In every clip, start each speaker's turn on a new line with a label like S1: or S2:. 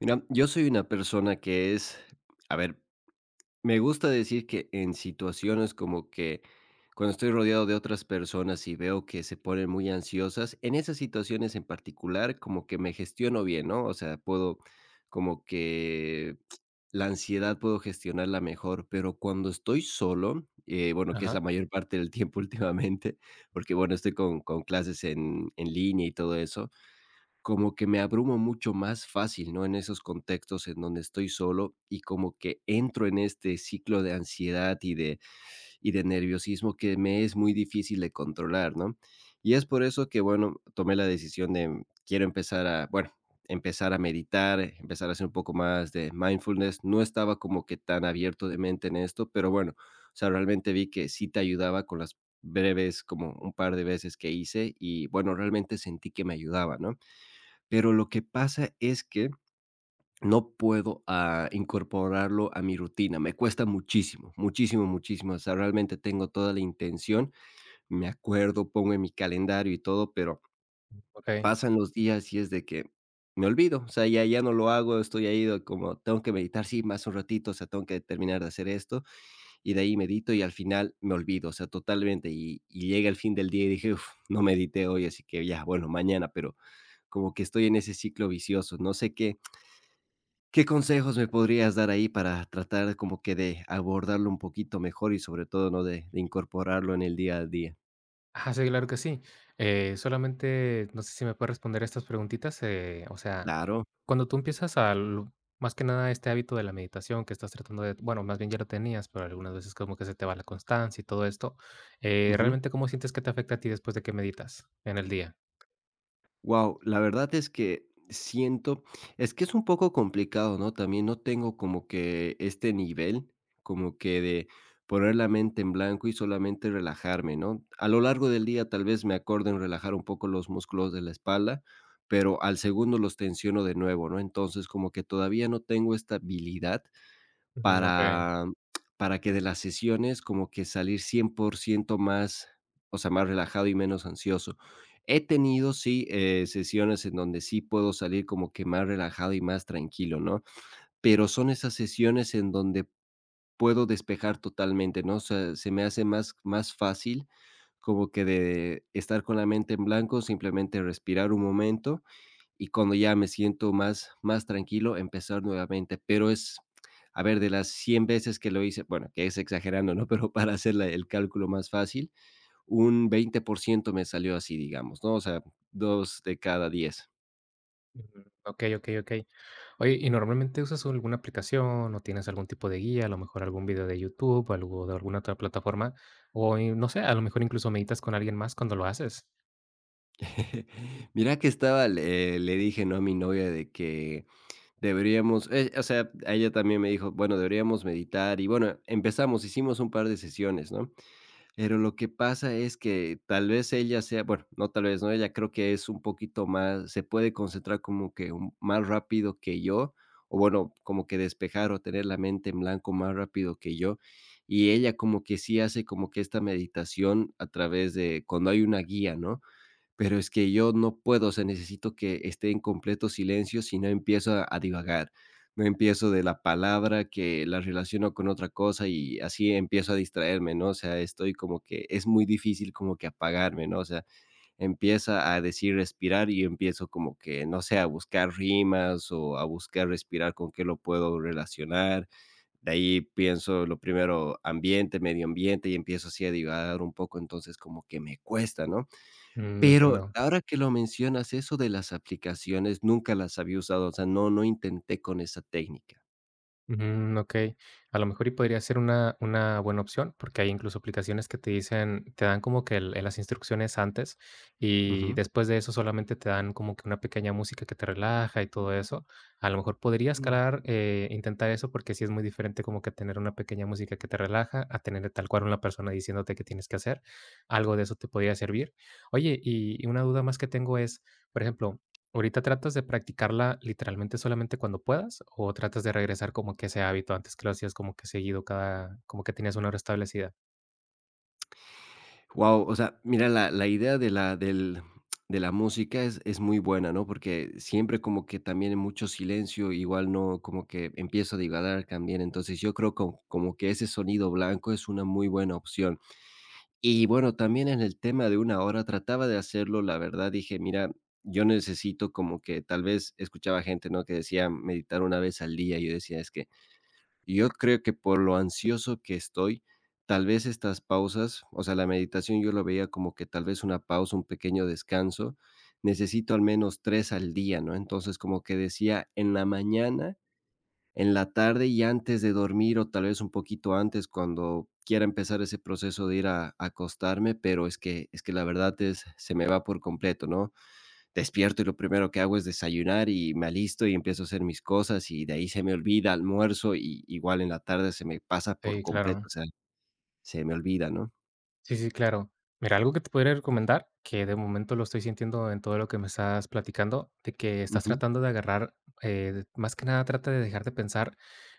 S1: Mira, yo soy una persona que es, a ver, me gusta decir que en situaciones como que cuando estoy rodeado de otras personas y veo que se ponen muy ansiosas, en esas situaciones en particular como que me gestiono bien, ¿no? O sea, puedo como que la ansiedad puedo gestionarla mejor, pero cuando estoy solo, bueno, que es la
S2: Ajá,
S1: mayor parte del tiempo últimamente, porque bueno, estoy con clases en línea y todo eso como que me abrumo mucho más fácil, ¿no? En esos contextos en donde estoy solo y como que entro en este ciclo de ansiedad y de nerviosismo que me es muy difícil de controlar, ¿no? Y es por eso que, bueno, tomé la decisión de quiero empezar a, bueno, empezar a meditar, empezar a hacer un poco más de mindfulness. No estaba como que tan abierto de mente en esto, pero bueno, o sea, realmente vi que sí te ayudaba con las breves, como un par de veces que hice y bueno, realmente sentí que me ayudaba, ¿no? Pero lo que pasa es que no puedo, incorporarlo a mi rutina. Me cuesta muchísimo, muchísimo, muchísimo. O sea, realmente tengo toda la intención, me acuerdo, pongo en mi calendario y todo, pero
S2: okey.
S1: pasan los días y es de que me olvido. O sea, ya no lo hago, estoy ahí de como tengo que meditar, sí, más un ratito, o sea, tengo que terminar de hacer esto, y de ahí medito, y al final me olvido, o sea, totalmente. Y llega el fin del día y dije: "Uf, no medité hoy, así que ya, bueno, mañana", pero como que estoy en ese ciclo vicioso. No sé qué. ¿Qué consejos me podrías dar ahí para tratar como que de abordarlo un poquito mejor y sobre todo, ¿no? De incorporarlo en el día a día.
S2: Ajá, sí, claro que sí. Solamente no sé si me puedes responder estas preguntitas,
S1: Claro.
S2: cuando tú empiezas al más que nada este hábito de la meditación que estás tratando de bueno, más bien ya lo tenías, pero algunas veces como que se te va la constancia y todo esto.
S1: Wow.
S2: ¿Realmente cómo sientes que te afecta a ti después de que meditas en el día?
S1: La verdad es que siento, es que es un poco complicado, ¿no? También no tengo como que este nivel, como que de poner la mente en blanco y solamente relajarme, ¿no? A lo largo del día tal vez me acuerdo en relajar un poco los músculos de la espalda, pero al segundo los tensiono de nuevo, ¿no? Entonces como que todavía no tengo esta habilidad.
S2: Ujú, okey.
S1: Para para que de las sesiones como que salir 100% más, o sea, más relajado y menos ansioso. He tenido, sí, sesiones en donde sí puedo salir como que más relajado y más tranquilo, ¿no? Pero son esas sesiones en donde puedo despejar totalmente, ¿no? O sea, se me hace más fácil como que de estar con la mente en blanco, simplemente respirar un momento y cuando ya me siento más, más tranquilo, empezar nuevamente. Pero es, a ver, de las 100 veces que lo hice, bueno, que es exagerando, ¿no? Pero para hacer el cálculo más fácil, un 20% me salió así, digamos, ¿no? O sea, dos de cada 10.
S2: Ujú. Okey, okey, okey. Oye, ¿y normalmente usas alguna aplicación o tienes algún tipo de guía, a lo mejor algún video de YouTube, o algo de alguna otra plataforma? O, y no sé, a lo mejor incluso meditas con alguien más cuando lo haces.
S1: Mira que estaba, le dije, ¿no? A mi novia de que deberíamos, o sea, a ella también me dijo, bueno, deberíamos meditar y bueno, empezamos, hicimos un par de sesiones, ¿no? Pero lo que pasa es que tal vez ella sea bueno, no tal vez, ¿no? Ella creo que es un poquito más se puede concentrar como que un más rápido que yo, o bueno, como que despejar o tener la mente en blanco más rápido que yo. Y ella como que sí hace como que esta meditación a través de cuando hay una guía, ¿no? Pero es que yo no puedo, o sea, necesito que esté en completo silencio, si no empiezo a divagar, no empiezo de la palabra que la relaciono con otra cosa y así empiezo a distraerme, ¿no? O sea, estoy como que es muy difícil como que apagarme, ¿no? O sea, empieza a decir respirar y empiezo como que, no sé, a buscar rimas o a buscar respirar con qué lo puedo relacionar. De ahí pienso lo primero, ambiente, medio ambiente, y empiezo así a divagar un poco, entonces como que me cuesta, ¿no?
S2: Mm,
S1: Pero
S2: entiendo.
S1: ahora que lo mencionas, eso de las aplicaciones nunca las había usado, o sea, no intenté con esa técnica.
S2: Mm, okey. A lo mejor y podría ser una buena opción, porque hay incluso aplicaciones que te dicen te dan como que el las instrucciones antes, y
S1: Ujú.
S2: después de eso solamente te dan como que una pequeña música que te relaja y todo eso. A lo mejor podría
S1: Mm.
S2: escalar, intentar eso, porque sí es muy diferente como que tener una pequeña música que te relaja, a tener tal cual una persona diciéndote qué tienes que hacer. Algo de eso te podría servir. Oye, y una duda más que tengo es, por ejemplo, ¿ahorita tratas de practicarla literalmente solamente cuando puedas o tratas de regresar como que ese hábito antes que lo hacías como que seguido cada como que tenías una hora establecida?
S1: O sea, mira, la idea de la música es muy buena, ¿no? Porque siempre como que también hay mucho silencio, igual no como que empiezo a divagar también. Entonces, yo creo como que ese sonido blanco es una muy buena opción. Y bueno, también en el tema de una hora trataba de hacerlo, la verdad dije: "Mira, yo necesito como que", tal vez escuchaba gente, ¿no?, que decía: "Meditar una vez al día", y yo decía: "Es que yo creo que por lo ansioso que estoy, tal vez estas pausas", o sea, la meditación yo lo veía como que tal vez una pausa, un pequeño descanso, necesito al menos 3 al día, ¿no? Entonces, como que decía: "En la mañana en la tarde y antes de dormir o tal vez un poquito antes cuando quiera empezar ese proceso de ir a acostarme, pero es que la verdad es, se me va por completo, ¿no? Despierto y lo primero que hago es desayunar y me alisto y empiezo a hacer mis cosas y de ahí se me olvida almuerzo y igual en la tarde se me pasa por
S2: Sí,
S1: completo,
S2: claro.
S1: o sea, se me olvida, ¿no?
S2: Sí, sí, claro. Mira, algo que te podría recomendar, que de momento lo estoy sintiendo en todo lo que me estás platicando, de que estás
S1: Ujú,
S2: tratando de agarrar, más que nada trata de dejar de pensar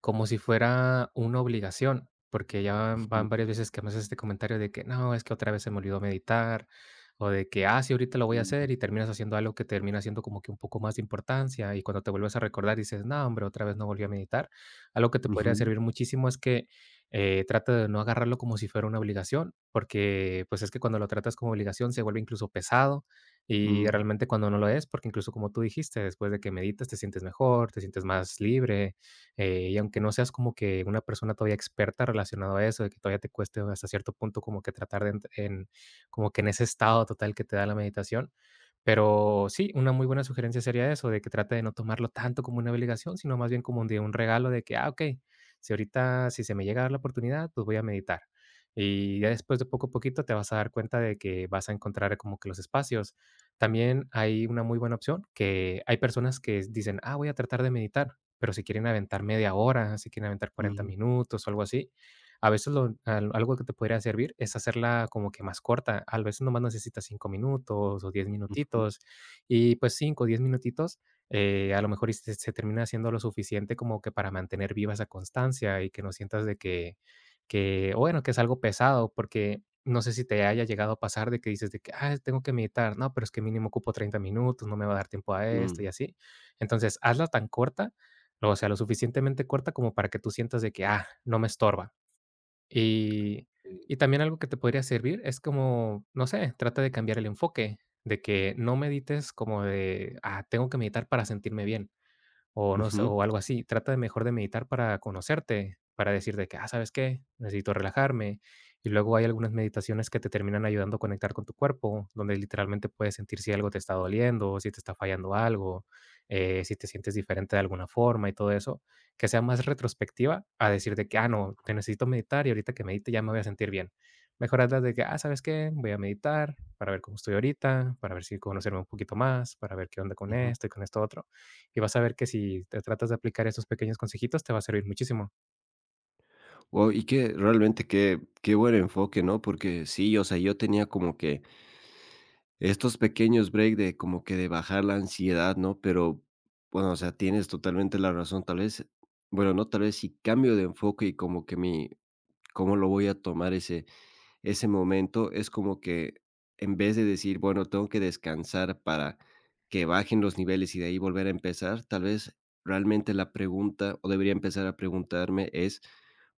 S2: como si fuera una obligación, porque ya van,
S1: ujú,
S2: van varias veces que me haces este comentario de que no, es que otra vez se me olvidó meditar, o de que, ah, sí, ahorita lo voy a
S1: ujú,
S2: hacer y terminas haciendo algo que termina siendo como que un poco más de importancia y cuando te vuelves a recordar dices, no, hombre, otra vez no volví a meditar. Algo que te podría
S1: ujú,
S2: servir muchísimo es que trata de no agarrarlo como si fuera una obligación, porque pues es que cuando lo tratas como obligación se vuelve incluso pesado y
S1: mm,
S2: realmente cuando no lo es, porque incluso como tú dijiste, después de que meditas te sientes mejor, te sientes más libre. Y aunque no seas como que una persona todavía experta relacionado a eso, de que todavía te cueste hasta cierto punto como que tratar de como que en ese estado total que te da la meditación. Pero sí, una muy buena sugerencia sería eso, de que trate de no tomarlo tanto como una obligación, sino más bien como un, de un regalo de que, ah, ok, si ahorita, si se me llega a dar la oportunidad, pues voy a meditar. Y ya después de poco a poquito te vas a dar cuenta de que vas a encontrar como que los espacios. También hay una muy buena opción que hay personas que dicen, ah, voy a tratar de meditar, pero si quieren aventar media hora, si quieren aventar cuarenta
S1: ujú,
S2: minutos o algo así, a veces algo que te podría servir es hacerla como que más corta. A veces nomás necesitas 5 minutos o 10
S1: ujú,
S2: minutitos y pues 5 o 10 minutitos. A lo mejor y se termina haciendo lo suficiente como que para mantener viva esa constancia y que no sientas de que o bueno, que es algo pesado, porque no sé si te haya llegado a pasar de que dices de que, ah, tengo que meditar, no, pero es que mínimo ocupo 30 minutos, no me va a dar tiempo a esto
S1: mm,
S2: y así. Entonces, hazla tan corta, o sea, lo suficientemente corta como para que tú sientas de que, ah, no me estorba. Y
S1: sí,
S2: y también algo que te podría servir es como, no sé, trata de cambiar el enfoque, de que no medites como de: "Ah, tengo que meditar para sentirme bien" o no sé,
S1: ujú,
S2: o algo así. Trata de mejor de meditar para conocerte, para decirte que, ah, ¿sabes qué? Necesito relajarme. Y luego hay algunas meditaciones que te terminan ayudando a conectar con tu cuerpo, donde literalmente puedes sentir si algo te está doliendo, si te está fallando algo, si te sientes diferente de alguna forma y todo eso, que sea más retrospectiva a decirte que, ah, no, te necesito meditar y ahorita que medite ya me voy a sentir bien. Mejor hazlas de que, ah, ¿sabes qué? Voy a meditar para ver cómo estoy ahorita, para ver si conocerme un poquito más, para ver qué onda con
S1: ujú.
S2: esto y con esto otro y vas a ver que si te tratas de aplicar esos pequeños consejitos, te va a servir muchísimo.
S1: Guau, y que realmente qué buen enfoque, ¿no? Porque sí, o sea, yo tenía como que estos pequeños break de como que de bajar la ansiedad, ¿no? Pero bueno, o sea, tienes totalmente la razón, tal vez, bueno, no, tal vez si cambio de enfoque y como que mi cómo lo voy a tomar ese momento, es como que en vez de decir, bueno, tengo que descansar para que bajen los niveles y de ahí volver a empezar, tal vez realmente la pregunta o debería empezar a preguntarme es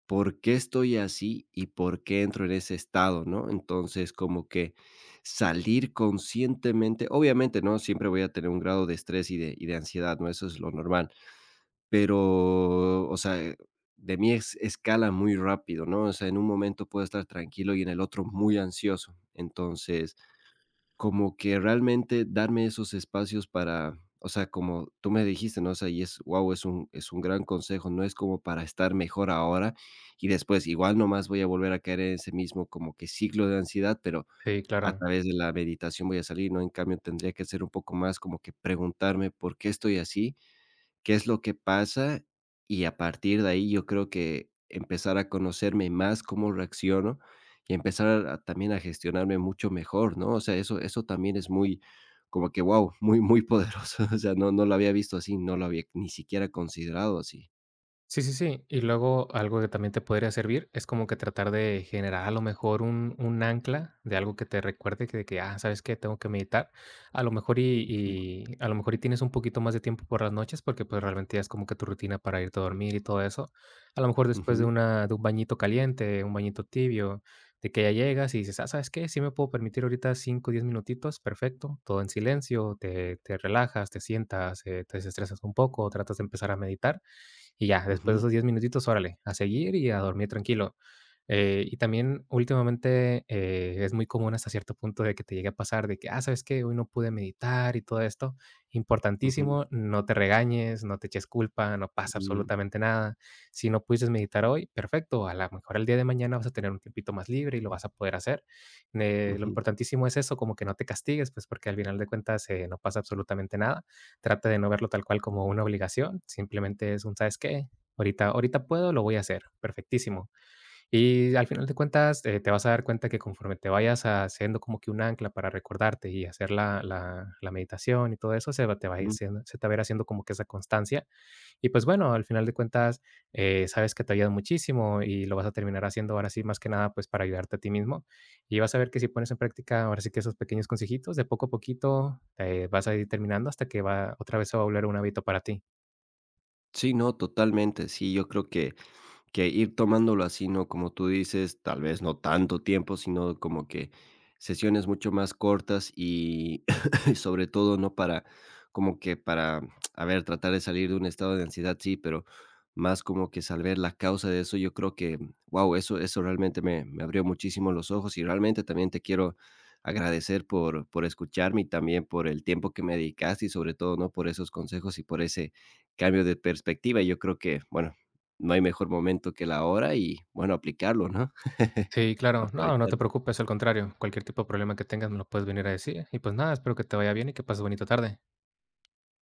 S1: por qué estoy así y por qué entro en ese estado, ¿no? Entonces, como que salir conscientemente, obviamente, ¿no? Siempre voy a tener un grado de estrés y de ansiedad, ¿no? Eso es lo normal, pero, o sea, de mí es, escala muy rápido, ¿no? O sea, en un momento puedo estar tranquilo y en el otro muy ansioso. Entonces, como que realmente darme esos espacios para, o sea, como tú me dijiste, ¿no? O sea, y es, wow, es es un gran consejo, no es como para estar mejor ahora y después igual nomás voy a volver a caer en ese mismo como que ciclo de ansiedad, pero
S2: Sí,
S1: a
S2: claro.
S1: través de la meditación voy a salir, ¿no? En cambio, tendría que ser un poco más como que preguntarme por qué estoy así, qué es lo que pasa y a partir de ahí yo creo que empezar a conocerme más, cómo reacciono y empezar a también a gestionarme mucho mejor, ¿no? O sea, eso también es muy como que, wow, muy, muy poderoso. O sea, no lo había visto así, no lo había ni siquiera considerado así.
S2: Sí, sí, sí. Y luego algo que también te podría servir es como que tratar de generar a lo mejor un ancla de algo que te recuerde que, de que, ah, ¿sabes qué? Tengo que meditar. A lo mejor y a lo mejor y tienes un poquito más de tiempo por las noches porque pues realmente ya es como que tu rutina para irte a dormir y todo eso. A lo mejor después de
S1: Ujú,
S2: una, de un bañito caliente, un bañito tibio, de que ya llegas y dices, ah, ¿sabes qué? Sí me puedo permitir ahorita 5 o 10 minutitos, perfecto. Todo en silencio, te relajas, te sientas, te desestresas un poco, tratas de empezar a meditar y ya, después de
S1: ujú,
S2: esos 10 minutitos, órale, a seguir y a dormir tranquilo. Y también últimamente es muy común hasta cierto punto de que te llegue a pasar de que, ah, ¿sabes qué? Hoy no pude meditar y todo esto.
S1: ujú,
S2: Importantísimo, no te regañes, no te eches culpa, no pasa
S1: ujú, mm,
S2: absolutamente nada. Si no pudiste meditar hoy, perfecto, a lo mejor el día de mañana vas a tener un tiempito más libre y lo vas a poder hacer. Lo
S1: ujú,
S2: importantísimo es eso, como que no te castigues, pues porque al final de cuentas no pasa absolutamente nada. Trata de no verlo tal cual como una obligación, simplemente es un, ¿sabes qué? Ahorita, ahorita puedo, lo voy a hacer, perfectísimo. Y al final de cuentas, te vas a dar cuenta que conforme te vayas haciendo como que un ancla para recordarte y hacer la meditación y todo eso,
S1: ujú.
S2: se te va a ir haciendo como que esa constancia y pues bueno, al final de cuentas, sabes que te ayuda muchísimo y lo vas a terminar haciendo ahora sí, más que nada, pues para ayudarte a ti mismo. Y vas a ver que si pones en práctica ahora sí que esos pequeños consejitos, de poco a poquito, vas a ir terminando hasta que va otra vez se va a volver un hábito para ti.
S1: Sí, no, totalmente. Sí, yo creo que. Que ir tomándolo así, ¿no? Como tú dices, tal vez no tanto tiempo, sino como que sesiones mucho más cortas y y sobre todo, ¿no? Para, como que para, a ver, tratar de salir de un estado de ansiedad, sí, pero más como que saber la causa de eso, yo creo que, wow, eso realmente me abrió muchísimo los ojos y realmente también te quiero agradecer por escucharme y también por el tiempo que me dedicaste y sobre todo, ¿no? Por esos consejos y por ese cambio de perspectiva. Yo creo que, bueno, no hay mejor momento que la hora y, bueno, aplicarlo, ¿no?
S2: Sí, claro. No, no te
S1: Aprovechar.
S2: preocupes, al contrario. Cualquier tipo de problema que tengas me lo puedes venir a decir. Y pues nada, espero que te vaya bien y que pases bonita tarde.